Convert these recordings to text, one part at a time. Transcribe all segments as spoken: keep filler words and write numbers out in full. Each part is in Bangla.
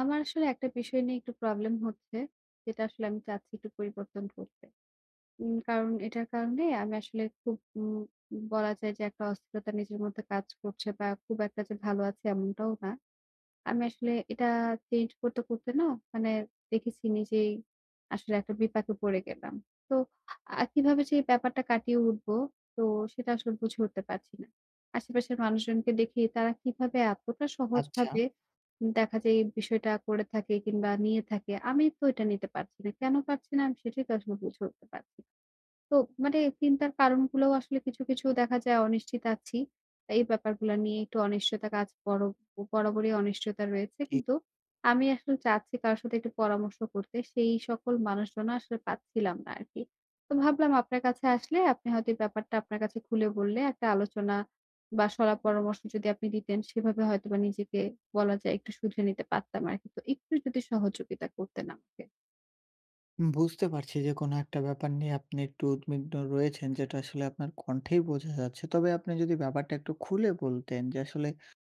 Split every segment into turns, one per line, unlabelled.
আমার আসলে একটা বিষয় নিয়ে একটু প্রবলেম হচ্ছে, যেটা আসলে আমি চাচ্ছি একটু পরিবর্তন করতে। উম কারণ এটার কারণে আমি আসলে খুব উম বলা যায় যে একটা অস্থিরতা নিজের মধ্যে কাজ করছে বা খুব একটা যে ভালো আছি এমনটাও না। আমি আসলে এটা চেঞ্জ করতে, করতে না, মানে দেখেছি নিজেই আসলে একটা বিপাকে পড়ে গেলাম। তো আ কিভাবে যে এই ব্যাপারটা কাটিয়ে উঠবো, তো সেটা আসলে বুঝে উঠতে পারছি না। আশেপাশের মানুষজনকে দেখি তারা কিভাবে এতটা
আচ্ছা,
সহজভাবে দেখা যায় এই বিষয়টা করে থাকে কিংবা নিয়ে থাকে। আমি তো এটা নিতে পারছি না। কেন পারছি না আমি সেটাই তো আসলে বুঝে উঠতে পারছি না। তো মানে চিন্তার কারণগুলোও আসলে কিছু, কিছু দেখা যায় অনিশ্চিত আছি। এই ব্যাপারগুলা নিয়ে একটু অনিশ্চয়তা কাজ বড় বরাবরই অনিশ্চয়তা রয়েছে।
ঠিক।
কিন্তু আমি আসলে চাচ্ছি কারো সাথে একটু পরামর্শ করতে। সেই সকল মানুষজন আসলে পাচ্ছিলাম না আরকি। তো ভাবলাম আপনার কাছে আসলে আপনি হয়তো এই ব্যাপারটা আপনার কাছে খুলে বললে একটা আলোচনা বা শলা পরামর্শ যদি আপনি দিতেন, সেভাবে হয়তোবা নিজেকে বলা যায় একটু শুধরে নিতে পারতাম আরকি। তো একটু যদি সহযোগিতা করতেন আমাকে।
বুঝতে পারছি যে কোনো একটা ব্যাপার নিয়ে আপনি একটু উদ্বিগ্ন রয়েছেন যেটা আসলে আপনার কণ্ঠেই বোঝা যাচ্ছে। তবে আপনি যদি ব্যাপারটা একটু খুলে বলতেন যে আসলে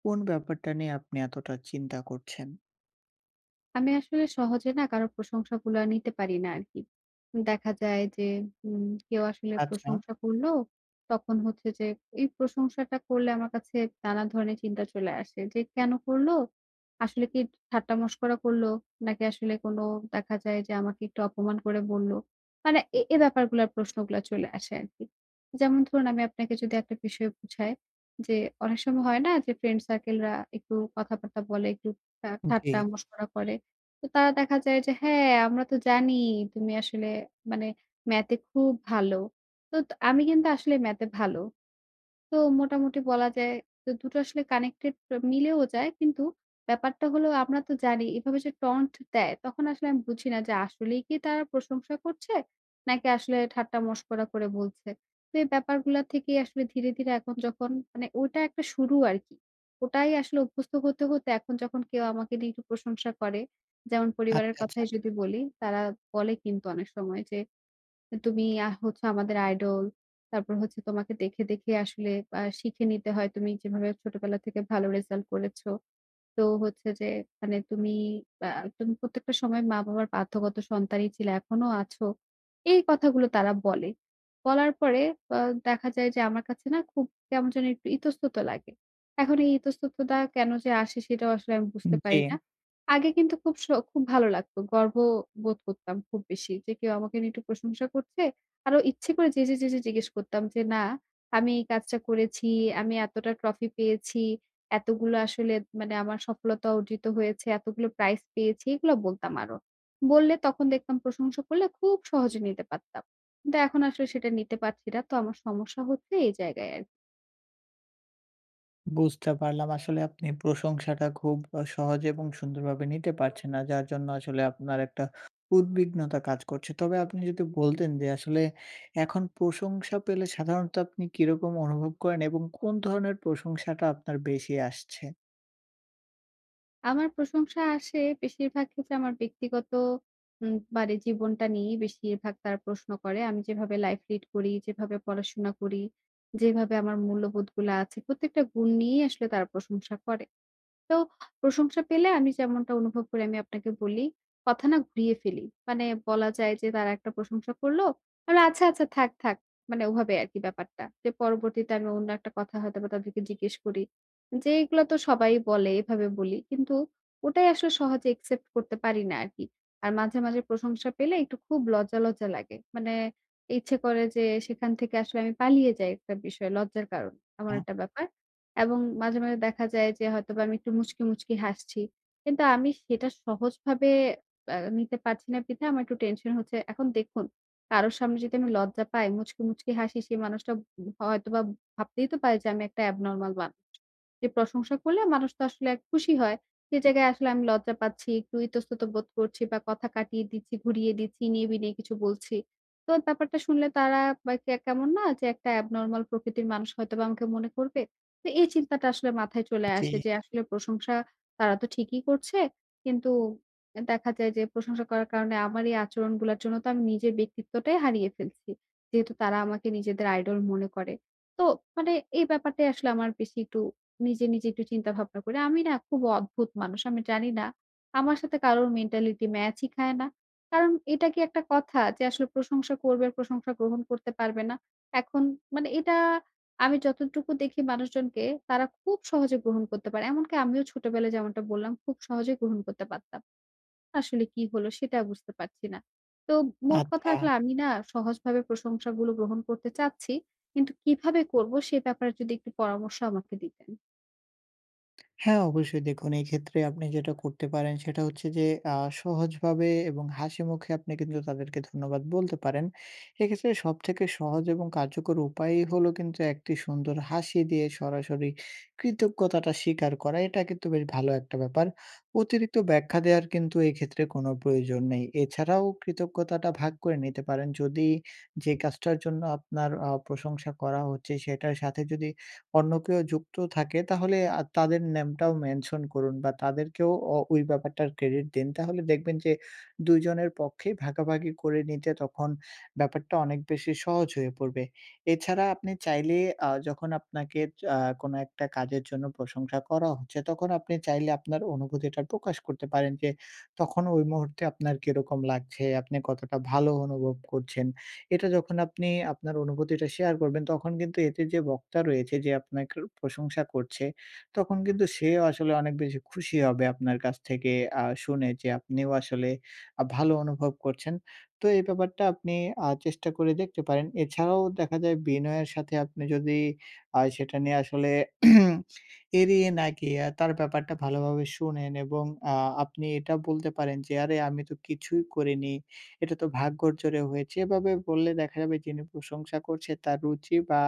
কোন ব্যাপারটা নিয়ে আপনি এতটা চিন্তা করছেন?
আমি আসলে সহজে না কারো প্রশংসাগুলা নিতে পারি না আরকি। দেখা যায় যে উম কেউ আসলে
আচ্ছা,
প্রশংসা করলো, তখন হচ্ছে যে এই প্রশংসাটা করলে আমার কাছে নানা ধরনের চিন্তা চলে আসে যে, "কেন করলো? আসলে কি ঠাট্টা মশকরা করলো? নাকি আসলে কোনো দেখা যায় যে আমাকে একটু অপমান করে বলল?" মানে এ এই ব্যাপারগুলার প্রশ্নগুলা চলে আসে আরকি। যেমন ধরুন আমি আপনাকে যদি একটা বিষয় বুঝাই যে অনেক সময় হয় না যে ফ্রেন্ড সার্কেল রা একটু কথাবার্তা বলে, একটু ঠা
জি।
ঠাট্টা মশকরা করে। তো তারা দেখা যায় যে, "হ্যাঁ, আমরা তো জানি তুমি আসলে মানে ম্যাথে খুব ভালো।" তো ত আমি কিন্তু আসলে ম্যাথে ভালো। তো মোটামুটি বলা যায় যে দুটো টো আসলে কানেক্টেড মিলেও যায়। কিন্তু ব্যাপারটা হলো আমরা তো জানি এভাবে যে টন্ট দেয় তখন আসলে আমি বুঝি না যে আসলেই কি তারা প্রশংসা করছে নাকি আসলে ঠাট্টা মশকরা করে বলছে। তো এই ব্যাপারগুলা থেকেই আসলে ধীরে, ধীরে এখন যখন মানে ওটা একটা শুরু আরকি। ওটাই আসলে অভ্যস্ত হতে, হতে এখন যখন কেউ আমাকে নিয়ে একটু প্রশংসা করে, যেমন পরিবারের
আচ্ছা, আচ্ছা।
কথাই যদি বলি তারা বলে কিন্তু অনেক সময় যে তুমি আ হচ্ছে আমাদের আইডল। তারপর হচ্ছে তোমাকে দেখে, দেখে আসলে আ শিখে নিতে হয়। তুমি যেভাবে ছোটবেলা থেকে ভালো রেজাল্ট করেছো। তো হচ্ছে যে মানে তুমি আ তুমি প্রত্যেকটা সময় মা-বাবার বাধ্যগত সন্তানই ছিলে, এখনো আছো। এই কথাগুলো তারা বলে। বলার পরে আ দেখা যায় যে আমার কাছে না খুব কেমন যেন একটু ইতস্তত লাগে। এখন এই ইতস্ততটা কেন যে আসে সেটাও আসলে আমি বুঝতে
জি।
পারি না। আগে কিন্তু খুব স খুব ভালো লাগতো। গর্ব বোধ করতাম খুব বেশি যে কেউ আমাকে নিয়ে একটু প্রশংসা করছে। আরো ইচ্ছে করে যেঁচে, যেঁচে জিজ্ঞেস করতাম যে, "না, আমি এই কাজটা করেছি, আমি এতটা ট্রফি পেয়েছি।" এতগুলো আসলে মানে আমার সফলতা অর্জিত হয়েছে, এতগুলো প্রাইজ পেয়েছি, এগুলো বলতাম আরো। বললে তখন দেখতাম প্রশংসা করলে খুব সহজে নিতে পারতাম। কিন্তু এখন আসলে সেটা নিতে পারছি না। তো আমার সমস্যা হচ্ছে এই জায়গায় আরকি।
বুঝতে পারলাম। আসলে আপনি প্রশংসাটা খুব আ সহজে এবং সুন্দরভাবে নিতে পারছেন না। যার জন্য আসলে আপনার একটা উদ্বিগ্নতা কাজ করছে। তবে আপনি যদি বলতেন যে আসলে এখন প্রশংসা পেলে সাধারণত আপনি কিরকম অনুভব করেন এবং কোন ধরনের প্রশংসাটা আপনার বেশি আসছে?
আমার প্রশংসা আসে বেশিরভাগ ক্ষেত্রে আমার ব্যক্তিগত উম মানে জীবনটা নিয়েই বেশিরভাগ তারা প্রশ্ন করে। আমি যেভাবে লাইফ লিড করি, যেভাবে পড়াশোনা করি, যেভাবে আমার মূল্যবোধগুলা আছে, প্রত্যেকটা গুণ নিয়েই আসলে তারা প্রশংসা করে। তো প্রশংসা পেলে আমি যেমনটা অনুভব করি আমি আপনাকে বলি, কথা না ঘুরিয়ে ফেলি। মানে বলা যায় যে তারা একটা প্রশংসা করলো। আমি আচ্ছা, আচ্ছা থাক, থাক। মানে ওভাবে আরকি ব্যাপারটা। যে পরবর্তীতে আমি অন্য একটা কথা হয়তোবা তাদেরকে জিজ্ঞেস করি। যে এগুলা তো সবাই বলে এভাবে বলি। কিন্তু ওটাই আসলে সহজে একসেপ্ট করতে পারি না আরকি। আর মাঝে, মাঝে প্রশংসা পেলে একটু খুব লজ্জা, লজ্জা লাগে। মানে ইচ্ছে করে যে সেখান থেকে আসলে আমি পালিয়ে যাই একটা বিষয় লজ্জার কারণে।
আ
এমন একটা ব্যাপার। এবং মাঝে, মাঝে দেখা যায় যে হয়তোবা আমি একটু মুচকি, মুচকি হাসছি। কিন্তু আমি সেটা সহজভাবে আ নিতে পারছি না বিধায় আমার একটু টেনশন হচ্ছে। এখন দেখুন কারো সামনে যদি আমি লজ্জা পাই, মুচকি, মুচকি হাসি সেই মানুষটা হয়তোবা ভাবতেই তো পারে যে আমি একটা অ্যাবনরমাল মানুষ। যে প্রশংসা করলে মানুষ তো আসলে এক খুশি হয়। সে জায়গায় আসলে আমি লজ্জা পাচ্ছি, একটু ইতস্তত বোধ করছি বা কথা কাটিয়ে দিচ্ছি, ঘুরিয়ে দিচ্ছি, নিয়ে বিনিয়ে কিছু বলছি। তো ব্যাপারটা শুনলে তারা বা কে কেমন না যে একটা abnormal প্রকৃতির মানুষ হয়তোবা আমাকে মনে করবে। তো এই চিন্তাটা আসলে মাথায় চলে
জি,
আসে যে আসলে প্রশংসা তারা তো ঠিকই করছে। কিন্তু এ দেখা যায় যে প্রশংসা করার কারণে আমার এই আচরণগুলার জন্য তো আমি নিজের ব্যক্তিত্বটাই হারিয়ে ফেলছি। যেহেতু তারা আমাকে নিজেদের আইডল মনে করে। তো মানে এই ব্যাপারটাই আসলে আমার বেশি একটু নিজে, নিজে একটু চিন্তা ভাবনা করি। আমি না খুব অদ্ভুত মানুষ। আমি জানি না আমার সাথে কারোর মেন্টালিটি ম্যাচই খায় না। কারণ এটা কি একটা কথা যে আসলে প্রশংসা করবে, প্রশংসা গ্রহণ করতে পারবে না। এখন মানে এটা আমি যতটুকু দেখি মানুষজনকে তারা খুব সহজে গ্রহণ করতে পারে। এমনকি আমিও ছোটবেলায় যেমনটা বললাম খুব সহজে গ্রহণ করতে পারতাম। আসলে কি হলো সেটা বুঝতে পারছি না। তো মোট কথা
আচ্ছা।
আসলে আমি না সহজভাবে প্রশংসাগুলো গ্রহণ করতে চাচ্ছি। কিন্তু কিভাবে করব সে ব্যাপারে যদি একটু পরামর্শ আমাকে দিতেন।
হ্যাঁ, অবশ্যই দেখুন এক্ষেত্রে আপনি যেটা করতে পারেন সেটা হচ্ছে যে আ সহজভাবে এবং হাসিমুখে আপনি কিন্তু তাদেরকে ধন্যবাদ বলতে পারেন। এক্ষেত্রে সবথেকে সহজ এবং কার্যকর উপায়ই হলো কিন্তু একটি সুন্দর হাসি দিয়ে সরাসরি কৃতজ্ঞতাটা স্বীকার করা। এটা কিন্তু বেশ ভালো একটা ব্যাপার। অতিরিক্ত ব্যাখ্যা দেওয়ার কিন্তু এক্ষেত্রে কোনো প্রয়োজন নেই। এছাড়াও কৃতজ্ঞতাটা ভাগ করে নিতে পারেন। যদি যে কাজটার জন্য আপনার আ প্রশংসা করা হচ্ছে সেটার সাথে যদি অন্য কেউ যুক্ত থাকে তাহলে আ তাদের নামটাও মেনশন করুন বা তাদেরকেও অ ওই ব্যাপারটার ক্রেডিট দিন। তাহলে দেখবেন যে দুই জনের পক্ষেই ভাগাভাগি করে নিতে তখন ব্যাপারটা অনেক বেশি সহজ হয়ে পড়বে। এছাড়া আপনি চাইলে আ যখন আপনাকে আ কোনো একটা কাজের জন্য প্রশংসা করা হচ্ছে, তখন আপনি চাইলে আপনার অনুভূতিটা প্রকাশ করতে পারেন যে তখন ওই মুহূর্তে আপনার কিরকম লাগছে, আপনি কতটা ভালো অনুভব করছেন। এটা যখন আপনি আপনার অনুভূতিটা শেয়ার করবেন, তখন কিন্তু এতে যে বক্তা রয়েছে যে আপনাকে প্রশংসা করছে, তখন কিন্তু সেও আসলে অনেক বেশি খুশি হবে আপনার কাছ থেকে আ শুনে যে আপনিও আসলে আ ভালো অনুভব করছেন। তো এই ব্যাপারটা আপনি আ চেষ্টা করে দেখতে পারেন। এছাড়াও দেখা যায় বিনয়ের সাথে আপনি যদি আ সেটা নিয়ে আসলে এড়িয়ে না গিয়ে তার ব্যাপারটা ভালোভাবে শুনেন এবং আ আপনি এটা বলতে পারেন যে, "আরে আমি তো কিছুই করিনি।" এটা তো ভাগ্যর জোরে হয়েছে। এভাবে বললে দেখা যাবে যিনি প্রশংসা করছে তার রুচি বা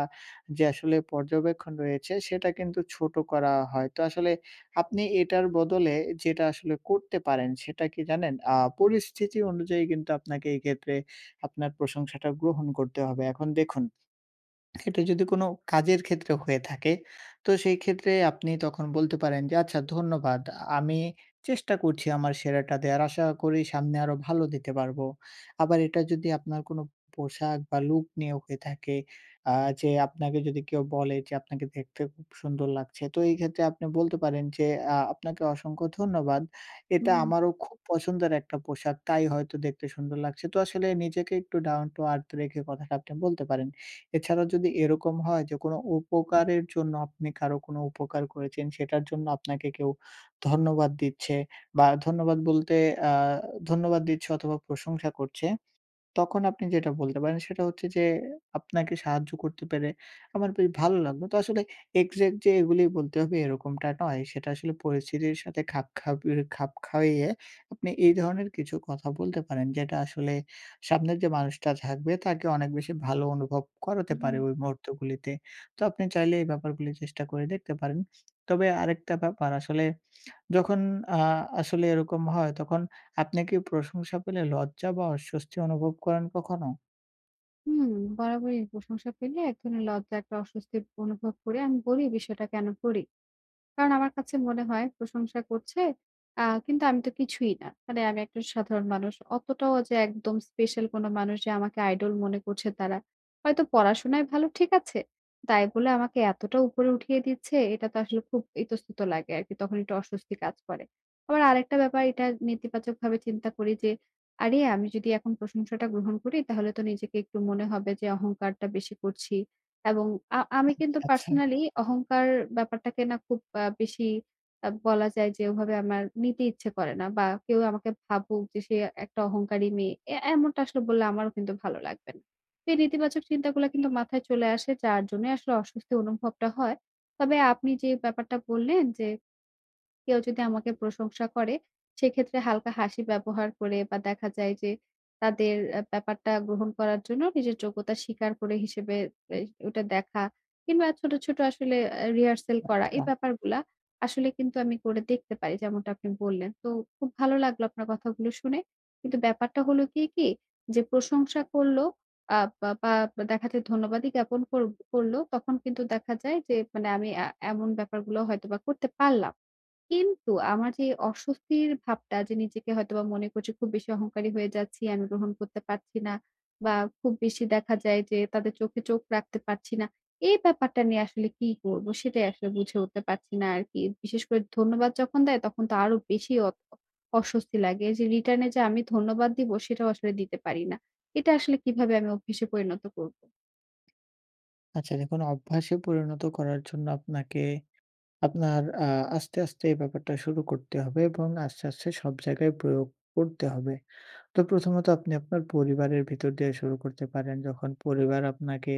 যে আসলে পর্যবেক্ষণ রয়েছে সেটা কিন্তু ছোট করা হয়। তো আসলে আপনি এটার বদলে যেটা আসলে করতে পারেন সেটা কি জানেন? আ পরিস্থিতি অনুযায়ী কিন্তু আপনাকে এক্ষেত্রে আপনার প্রশংসাটা গ্রহণ করতে হবে। এখন দেখুন এটা যদি কোনো কাজের ক্ষেত্রে হয়ে থাকে, তো সেই ক্ষেত্রে আপনি তখন বলতে পারেন যে, "আচ্ছা ধন্যবাদ। আমি চেষ্টা করছি আমার সেরাটা দেয়ার। আশা করি সামনে আরো ভালো দিতে পারবো।" আবার এটা যদি আপনার কোনো পোশাক বা লুক নিয়ে হয়ে থাকে, আ যে আপনাকে যদি কেউ বলে যে, "আপনাকে দেখতে খুব সুন্দর লাগছে।" তো এই ক্ষেত্রে আপনি বলতে পারেন যে, "আ আপনাকে অসংখ্য ধন্যবাদ। এটা
হুম।
আমারও খুব পছন্দের একটা পোশাক, তাই হয়তো দেখতে সুন্দর লাগছে।" তো আসলে নিজেকে একটু ডাউন টু আর্থ রেখে কথাটা আপনি বলতে পারেন। এছাড়াও যদি এরকম হয় যে কোনো উপকারের জন্য আপনি কারো কোনো উপকার করেছেন, সেটার জন্য আপনাকে কেউ ধন্যবাদ দিচ্ছে বা ধন্যবাদ বলতে আ ধন্যবাদ দিচ্ছে অথবা প্রশংসা করছে। তখন আপনি যেটা বলতে পারেন সেটা হচ্ছে যে, আপনাকে সাহায্য করতে পেরে আমার বেশ ভালো লাগলো। তো আসলে এক্সাক্ট যে এগুলি বলতে হবে এরকমটা নয়। সেটা আসলে পরিস্থিতির সাথে খাপ খাপিয়ে খাপ খাইয়ে আপনি এই ধরনের কিছু কথা বলতে পারেন যেটা আসলে সামনের যে মানুষটা থাকবে তাকে অনেক বেশি ভালো অনুভব করাতে
হুম,
পারে ওই মুহূর্তগুলিতে। তো আপনি চাইলে এই ব্যাপারগুলি চেষ্টা করে দেখতে পারেন। তবে আরেকটা ব্যাপার আসলে যখন আ আসলে এরকম হয় তখন আপনি কি প্রশংসা পেলে লজ্জা বা অস্বস্তি অনুভব করেন কখনো?
হুম, বরাবরই প্রশংসা পেলে এক ধরনের লজ্জা, একটা অস্বস্তি অনুভব করে আমি বলি বিষয়টা কেন করি। কারণ আমার কাছে মনে হয় প্রশংসা করছে আ কিন্তু আমি তো কিছুই না। মানে আমি একটা সাধারণ মানুষ। অতটাও যে একদম স্পেশাল কোনো মানুষ যে আমাকে আইডল মনে করছে তারা। হয়তো পড়াশোনায় ভালো ঠিক আছে। তাই বলে আমাকে এতটা উপরে উঠিয়ে দিচ্ছে এটা তো আসলে খুব ইতস্তত লাগে আরকি। তখন একটু অস্বস্তি কাজ করে। আবার আরেকটা ব্যাপার এটা নেতিবাচকভাবে চিন্তা করি যে, আরে আমি যদি এখন প্রশংসাটা গ্রহণ করি তাহলে তো নিজেকে একটু মনে হবে যে অহংকারটা বেশি করছি। এবং আ আমি কিন্তু
আচ্ছা।
পার্সোনালি অহংকার ব্যাপারটাকে না খুব আ বেশি আ বলা যায় যে ওভাবে আমার নিতে ইচ্ছে করে না বা কেউ আমাকে ভাবুক যে সে একটা অহংকারী মেয়ে। এ এমনটা আসলে বললে আমারও কিন্তু ভালো লাগবে না। তো এই নেতিবাচক চিন্তাগুলা কিন্তু মাথায় চলে আসে যার জন্যই আসলে অস্বস্তি অনুভবটা হয়। তবে আপনি যে ব্যাপারটা বললেন যে কেউ যদি আমাকে প্রশংসা করে, সেক্ষেত্রে হালকা হাসি ব্যবহার করে বা দেখা যায় যে তাদের আ ব্যাপারটা গ্রহণ করার জন্য নিজের যোগ্যতা স্বীকার করে হিসেবে এ ওটা দেখা কিংবা ছোট, ছোট আসলে আ রিহার্সাল করা
আচ্ছা,
এই ব্যাপারগুলা আসলে কিন্তু আমি করে দেখতে পারি যেমনটা আপনি বললেন। তো খুব ভালো লাগলো আপনার কথাগুলো শুনে। কিন্তু ব্যাপারটা হলো গিয়ে কি যে প্রশংসা করল আ বা বা দেখা যায় ধন্যবাদই জ্ঞাপন কর করল তখন কিন্তু দেখা যায় যে মানে আমি আ এমন ব্যাপারগুলো হয়তোবা করতে পারলাম। কিন্তু আমার যে অস্বস্তির ভাবটা যে নিজেকে হয়তোবা মনে করছি খুব বেশি অহংকারী হয়ে যাচ্ছি, আমি গ্রহণ করতে পারছি না বা খুব বেশি দেখা যায় যে তাদের চোখে চোখ রাখতে পারছি না। এই ব্যাপারটা নিয়ে আসলে কি করব সেটাই আসলে বুঝে উঠতে পারছি না আরকি। বিশেষ করে ধন্যবাদ যখন দেয় তখন তো আরো বেশি অ অস্বস্তি লাগে যে রিটার্ন এ যে আমি ধন্যবাদ দিব সেটাও আসলে দিতে পারি না। এটা আসলে কিভাবে আমি অভ্যাসে পরিণত করব?
আচ্ছা দেখুন অভ্যাসে পরিণত করার জন্য আপনাকে আপনার আ আস্তে, আস্তে এই ব্যাপারটা শুরু করতে হবে এবং আস্তে, আস্তে সব জায়গায় প্রয়োগ করতে হবে। তো প্রথমত আপনি আপনার পরিবারের ভিতর দিয়ে শুরু করতে পারেন। যখন পরিবার আপনাকে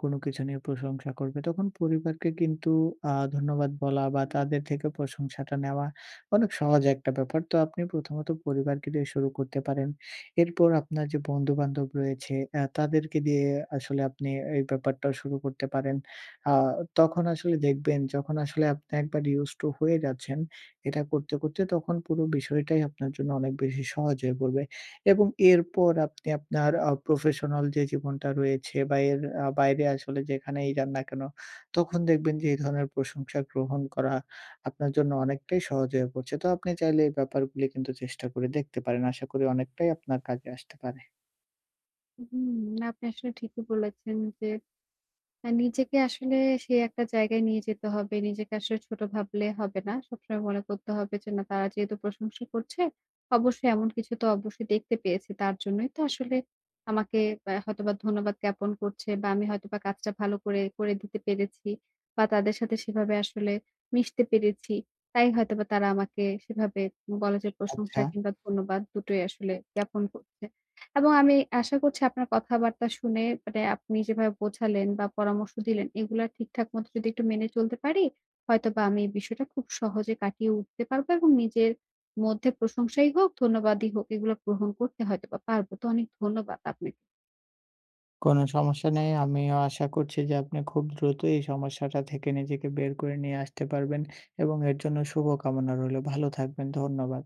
কোনো কিছু নিয়ে প্রশংসা করবে, তখন পরিবারকে কিন্তু আ ধন্যবাদ বলা বা তাদের থেকে প্রশংসাটা নেওয়া অনেক সহজ একটা ব্যাপার। তো আপনি প্রথমত পরিবারকে দিয়ে শুরু করতে পারেন। এরপর আপনার যে বন্ধু-বান্ধব রয়েছে, আ তাদেরকে দিয়ে আসলে আপনি এই ব্যাপারটা শুরু করতে পারেন। আ তখন আসলে দেখবেন যখন আসলে আপনি একবার used to হয়ে যাচ্ছেন, এটা করতে, করতে তখন পুরো বিষয়টাই আপনার জন্য অনেক বেশি সহজ হয়ে পড়বে। এবং এরপর আপনি আপনার আ প্রফেশনাল যে জীবনটা রয়েছে বা এর আ বাইরে আসলে যেখানেই যান না কেন, তখন দেখবেন যে এই ধরনের প্রশংসা গ্রহণ করা আপনার জন্য অনেকটাই সহজ হয়ে পড়ছে। তো আপনি চাইলে এই ব্যাপারগুলি কিন্তু চেষ্টা করে দেখতে পারেন। আশা করি অনেকটাই আপনার কাজে আসতে পারে।
হুম, আপনি আসলে ঠিকই বলেছেন যে আ নিজেকে আসলে সেই একটা জায়গায় নিয়ে যেতে হবে। নিজেকে আসলে ছোট ভাবলে হবে না। সবসময় মনে করতে হবে যে না তারা যেহেতু প্রশংসা করছে, অবশ্যই এমন কিছু তো অবশ্যই দেখতে পেয়েছে। তার জন্যই তো আসলে আমাকে আ হয়তোবা ধন্যবাদ জ্ঞাপন করছে বা আমি হয়তোবা কাজটা ভালো করে, করে দিতে পেরেছি বা তাদের সাথে সেভাবে আসলে মিশতে পেরেছি। তাই হয়তোবা তারা আমাকে সেভাবে বলা যায় প্রশংসা
আচ্ছা,
কিংবা ধন্যবাদ দুটোই আসলে জ্ঞাপন করছে। এবং আমি আশা করছি আপনার কথাবার্তা শুনে মানে আপনি যেভাবে বোঝালেন বা পরামর্শ দিলেন এগুলা ঠিকঠাক মতো যদি একটু মেনে চলতে পারি, হয়তোবা আমি এই বিষয়টা খুব সহজে কাটিয়ে উঠতে পারবো এবং নিজের মধ্যে প্রশংসাই হোক, ধন্যবাদই হোক এগুলো গ্রহণ করতে হয়তোবা পারবো। তো অনেক ধন্যবাদ আপনাকে।
কোনো সমস্যা নেই। আমিও আশা করছি যে আপনি খুব দ্রুত এই সমস্যাটা থেকে নিজেকে বের করে নিয়ে আসতে পারবেন এবং এর জন্য শুভকামনা রইলো। ভালো থাকবেন। ধন্যবাদ।